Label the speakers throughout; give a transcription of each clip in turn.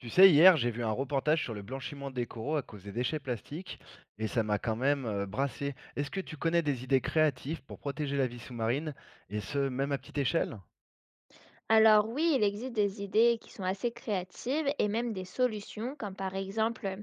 Speaker 1: Tu sais, hier, j'ai vu un reportage sur le blanchiment des coraux à cause des déchets plastiques et ça m'a quand même brassé. Est-ce que tu connais des idées créatives pour protéger la vie sous-marine et ce, même à petite échelle?
Speaker 2: Alors oui, il existe des idées qui sont assez créatives et même des solutions, comme par exemple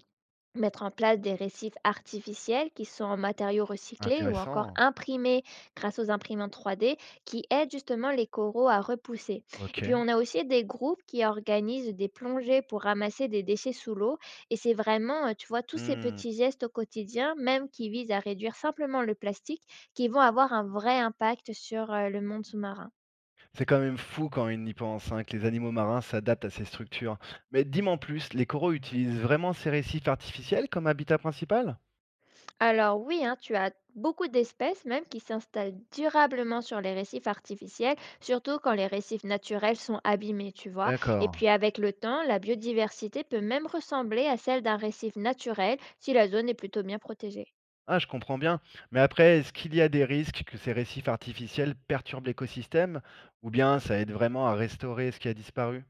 Speaker 2: mettre en place des récifs artificiels qui sont en matériaux recyclés ou encore
Speaker 1: Intéressant.
Speaker 2: imprimés grâce aux imprimantes 3D qui aident justement les coraux à repousser. Et
Speaker 1: Ok.
Speaker 2: puis on a aussi des groupes qui organisent des plongées pour ramasser des déchets sous l'eau et c'est vraiment, tu vois, tous ces
Speaker 1: Hmm.
Speaker 2: petits gestes au quotidien, même qui visent à réduire simplement le plastique, qui vont avoir un vrai impact sur le monde sous-marin.
Speaker 1: C'est quand même fou quand on y pense, hein, que les animaux marins s'adaptent à ces structures. Mais dis-moi en plus, les coraux utilisent vraiment ces récifs artificiels comme habitat principal?
Speaker 2: Alors oui, hein, tu as beaucoup d'espèces même qui s'installent durablement sur les récifs artificiels, surtout quand les récifs naturels sont abîmés, tu vois. Et puis
Speaker 1: D'accord.
Speaker 2: avec le temps, la biodiversité peut même ressembler à celle d'un récif naturel si la zone est plutôt bien protégée.
Speaker 1: Ah, je comprends bien. Mais après, est-ce qu'il y a des risques que ces récifs artificiels perturbent l'écosystème ou bien ça aide vraiment à restaurer ce qui a disparu?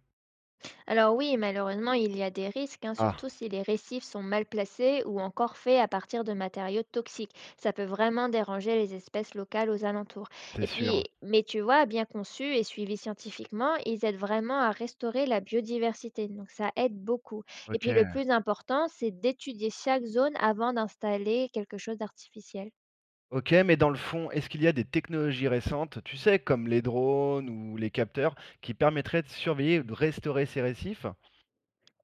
Speaker 2: Alors oui, malheureusement, il y a des risques, hein, surtout
Speaker 1: Ah,
Speaker 2: si les récifs sont mal placés ou encore faits à partir de matériaux toxiques. Ça peut vraiment déranger les espèces locales aux alentours.
Speaker 1: c'est
Speaker 2: Et
Speaker 1: sûr.
Speaker 2: puis, mais tu vois, bien conçus et suivis scientifiquement, ils aident vraiment à restaurer la biodiversité. Donc ça aide beaucoup. Et puis le
Speaker 1: OK.
Speaker 2: plus important, c'est d'étudier chaque zone avant d'installer quelque chose d'artificiel.
Speaker 1: OK, mais dans le fond, est-ce qu'il y a des technologies récentes, tu sais, comme les drones ou les capteurs, qui permettraient de surveiller ou de restaurer ces récifs?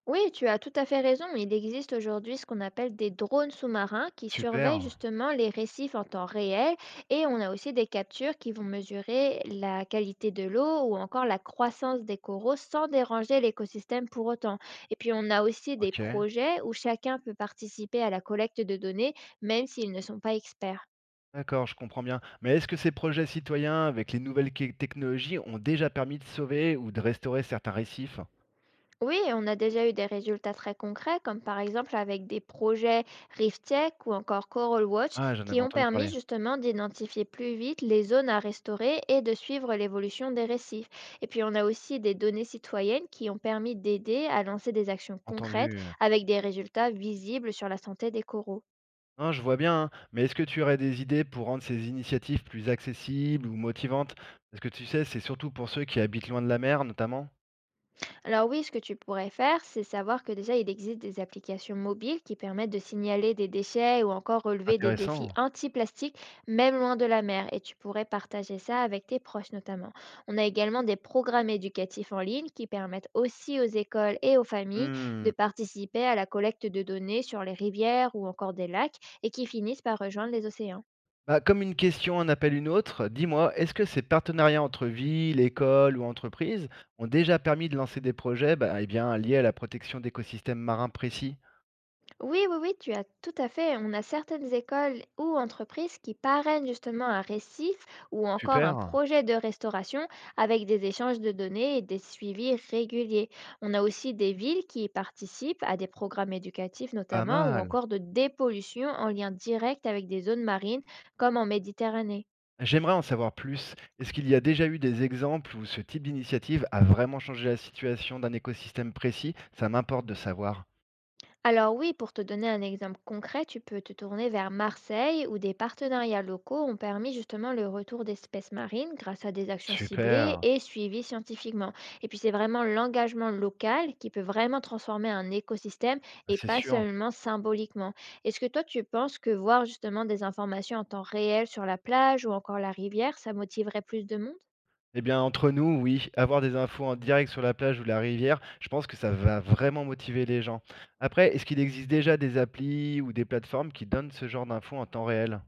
Speaker 2: Oui, tu as tout à fait raison. Il existe aujourd'hui ce qu'on appelle des drones sous-marins qui surveillent
Speaker 1: Super.
Speaker 2: justement les récifs en temps réel et on a aussi des captures qui vont mesurer la qualité de l'eau ou encore la croissance des coraux sans déranger l'écosystème pour autant. Et puis on a aussi des
Speaker 1: OK.
Speaker 2: projets où chacun peut participer à la collecte de données même s'ils ne sont pas experts.
Speaker 1: D'accord, je comprends bien. Mais est-ce que ces projets citoyens avec les nouvelles technologies ont déjà permis de sauver ou de restaurer certains récifs?
Speaker 2: Oui, on a déjà eu des résultats très concrets, comme par exemple avec des projets Rift Tech ou encore Coral Watch,
Speaker 1: Ah, j'en avais
Speaker 2: qui ont
Speaker 1: entendu
Speaker 2: permis
Speaker 1: parler.
Speaker 2: justement d'identifier plus vite les zones à restaurer et de suivre l'évolution des récifs. Et puis on a aussi des données citoyennes qui ont permis d'aider à lancer des actions concrètes
Speaker 1: Entendu.
Speaker 2: avec des résultats visibles sur la santé des coraux.
Speaker 1: Hein, je vois bien, hein, mais est-ce que tu aurais des idées pour rendre ces initiatives plus accessibles ou motivantes? Parce que tu sais, c'est surtout pour ceux qui habitent loin de la mer, notamment.
Speaker 2: Alors oui, ce que tu pourrais faire, c'est savoir que déjà il existe des applications mobiles qui permettent de signaler des déchets ou encore relever des défis
Speaker 1: Intéressant.
Speaker 2: anti-plastique, même loin de la mer. Et tu pourrais partager ça avec tes proches notamment. On a également des programmes éducatifs en ligne qui permettent aussi aux écoles et aux familles
Speaker 1: Hmm.
Speaker 2: de participer à la collecte de données sur les rivières ou encore des lacs et qui finissent par rejoindre les océans.
Speaker 1: Bah, comme une question en appelle une autre, dis-moi, est-ce que ces partenariats entre villes, écoles ou entreprises ont déjà permis de lancer des projets bah, eh bien, liés à la protection d'écosystèmes marins précis?
Speaker 2: Oui, oui, oui, tu as tout à fait. On a certaines écoles ou entreprises qui parrainent justement un récif ou encore un
Speaker 1: Super,
Speaker 2: projet de restauration avec des échanges de données et des suivis réguliers. On a aussi des villes qui participent à des programmes éducatifs
Speaker 1: pas
Speaker 2: notamment ou
Speaker 1: mal.
Speaker 2: encore de dépollution en lien direct avec des zones marines comme en Méditerranée.
Speaker 1: J'aimerais en savoir plus. Est-ce qu'il y a déjà eu des exemples où ce type d'initiative a vraiment changé la situation d'un écosystème précis? Ça m'importe de savoir.
Speaker 2: Alors oui, pour te donner un exemple concret, tu peux te tourner vers Marseille où des partenariats locaux ont permis justement le retour d'espèces marines grâce à des actions ciblées
Speaker 1: Super,
Speaker 2: et suivies scientifiquement. Et puis c'est vraiment l'engagement local qui peut vraiment transformer un écosystème
Speaker 1: bah,
Speaker 2: et
Speaker 1: c'est
Speaker 2: pas
Speaker 1: sûr.
Speaker 2: seulement symboliquement. Est-ce que toi tu penses que voir justement des informations en temps réel sur la plage ou encore la rivière, ça motiverait plus de monde?
Speaker 1: Eh bien, entre nous, oui, avoir des infos en direct sur la plage ou la rivière, je pense que ça va vraiment motiver les gens. Après, est-ce qu'il existe déjà des applis ou des plateformes qui donnent ce genre d'infos en temps réel?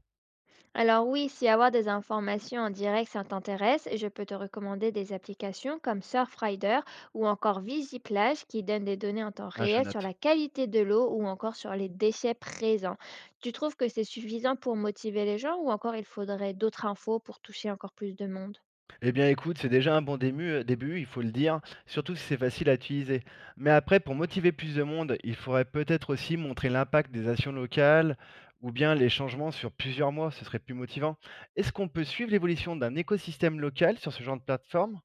Speaker 2: Alors oui, si avoir des informations en direct, ça t'intéresse, je peux te recommander des applications comme Surfrider ou encore Visiplage qui donnent des données en temps
Speaker 1: Ah, je
Speaker 2: réel sur
Speaker 1: note.
Speaker 2: la qualité de l'eau ou encore sur les déchets présents. Tu trouves que c'est suffisant pour motiver les gens ou encore il faudrait d'autres infos pour toucher encore plus de monde?
Speaker 1: Eh bien, écoute, c'est déjà un bon début, il faut le dire, surtout si c'est facile à utiliser. Mais après, pour motiver plus de monde, il faudrait peut-être aussi montrer l'impact des actions locales ou bien les changements sur plusieurs mois, ce serait plus motivant. Est-ce qu'on peut suivre l'évolution d'un écosystème local sur ce genre de plateforme?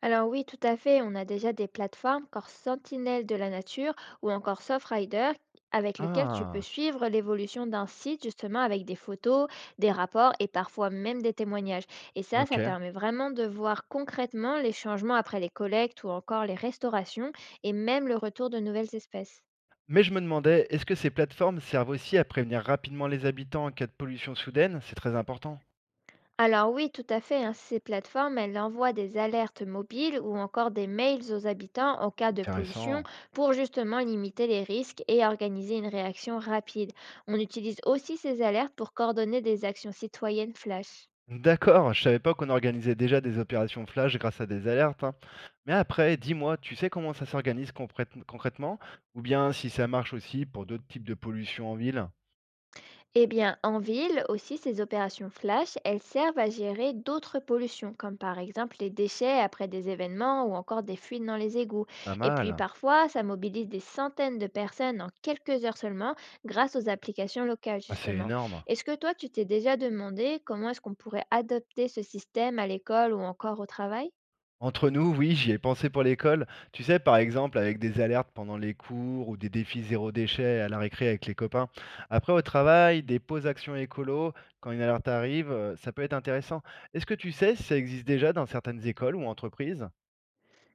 Speaker 2: Alors oui, tout à fait. On a déjà des plateformes comme Sentinelle de la nature ou encore SoftRider avec lequel tu peux
Speaker 1: Ah,
Speaker 2: suivre l'évolution d'un site justement avec des photos, des rapports et parfois même des témoignages. Et ça
Speaker 1: ok.
Speaker 2: permet vraiment de voir concrètement les changements après les collectes ou encore les restaurations et même le retour de nouvelles espèces.
Speaker 1: Mais je me demandais, est-ce que ces plateformes servent aussi à prévenir rapidement les habitants en cas de pollution soudaine? C'est très important.
Speaker 2: Alors oui, tout à fait, hein, ces plateformes, elles envoient des alertes mobiles ou encore des mails aux habitants en cas de pollution
Speaker 1: Intéressant.
Speaker 2: pour justement limiter les risques et organiser une réaction rapide. On utilise aussi ces alertes pour coordonner des actions citoyennes flash.
Speaker 1: D'accord, je savais pas qu'on organisait déjà des opérations flash grâce à des alertes, hein. Mais après, dis-moi, tu sais comment ça s'organise concrètement? Ou bien si ça marche aussi pour d'autres types de pollution en ville?
Speaker 2: Eh bien, en ville aussi, ces opérations flash, elles servent à gérer d'autres pollutions, comme par exemple les déchets après des événements ou encore des fuites dans les égouts.
Speaker 1: Pas
Speaker 2: Et puis
Speaker 1: mal.
Speaker 2: parfois, ça mobilise des centaines de personnes en quelques heures seulement grâce aux applications locales,
Speaker 1: Ah, c'est
Speaker 2: justement.
Speaker 1: énorme.
Speaker 2: Est-ce que toi, tu t'es déjà demandé comment est-ce qu'on pourrait adopter ce système à l'école ou encore au travail?
Speaker 1: Entre nous, oui, j'y ai pensé pour l'école. Tu sais, par exemple, avec des alertes pendant les cours ou des défis zéro déchet à la récré avec les copains. Après, au travail, des pauses actions écolo, quand une alerte arrive, ça peut être intéressant. Est-ce que tu sais si ça existe déjà dans certaines écoles ou entreprises?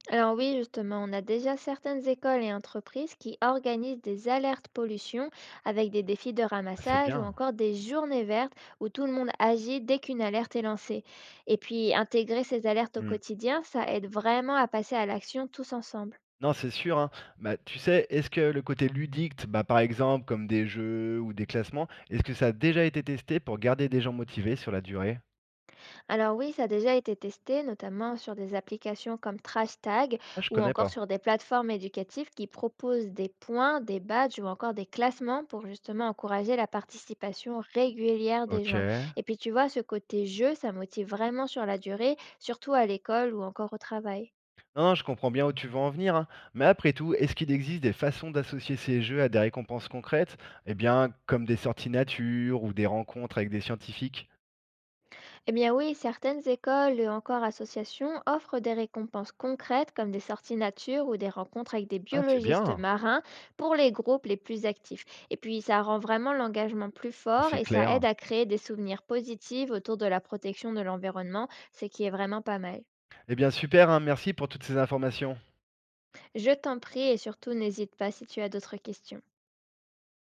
Speaker 2: Alors oui, justement, on a déjà certaines écoles et entreprises qui organisent des alertes pollution avec des défis de
Speaker 1: Ah, c'est
Speaker 2: ramassage ou
Speaker 1: bien.
Speaker 2: encore des journées vertes où tout le monde agit dès qu'une alerte est lancée. Et puis, intégrer ces alertes au
Speaker 1: Hmm.
Speaker 2: quotidien, ça aide vraiment à passer à l'action tous ensemble.
Speaker 1: Non, c'est sûr, hein. Bah, tu sais, est-ce que le côté ludique, bah, par exemple, comme des jeux ou des classements, est-ce que ça a déjà été testé pour garder des gens motivés sur la durée?
Speaker 2: Alors oui, ça a déjà été testé, notamment sur des applications comme Trash Tag
Speaker 1: Ah, je
Speaker 2: ou
Speaker 1: connais
Speaker 2: encore
Speaker 1: pas.
Speaker 2: sur des plateformes éducatives qui proposent des points, des badges ou encore des classements pour justement encourager la participation régulière des
Speaker 1: Ok.
Speaker 2: gens. Et puis tu vois, ce côté jeu, ça motive vraiment sur la durée, surtout à l'école ou encore au travail.
Speaker 1: Non, non, je comprends bien où tu veux en venir, hein. Mais après tout, est-ce qu'il existe des façons d'associer ces jeux à des récompenses concrètes? Eh bien, comme des sorties nature ou des rencontres avec des scientifiques?
Speaker 2: Eh bien oui, certaines écoles et encore associations offrent des récompenses concrètes comme des sorties nature ou des rencontres avec des
Speaker 1: Ah, c'est
Speaker 2: biologistes
Speaker 1: bien,
Speaker 2: marins pour les groupes les plus actifs. Et puis ça rend vraiment l'engagement plus fort
Speaker 1: c'est
Speaker 2: et ça
Speaker 1: clair.
Speaker 2: aide à créer des souvenirs positifs autour de la protection de l'environnement, ce qui est vraiment pas mal.
Speaker 1: Eh bien, super, hein, merci pour toutes ces informations.
Speaker 2: Je t'en prie et surtout n'hésite pas si tu as d'autres questions.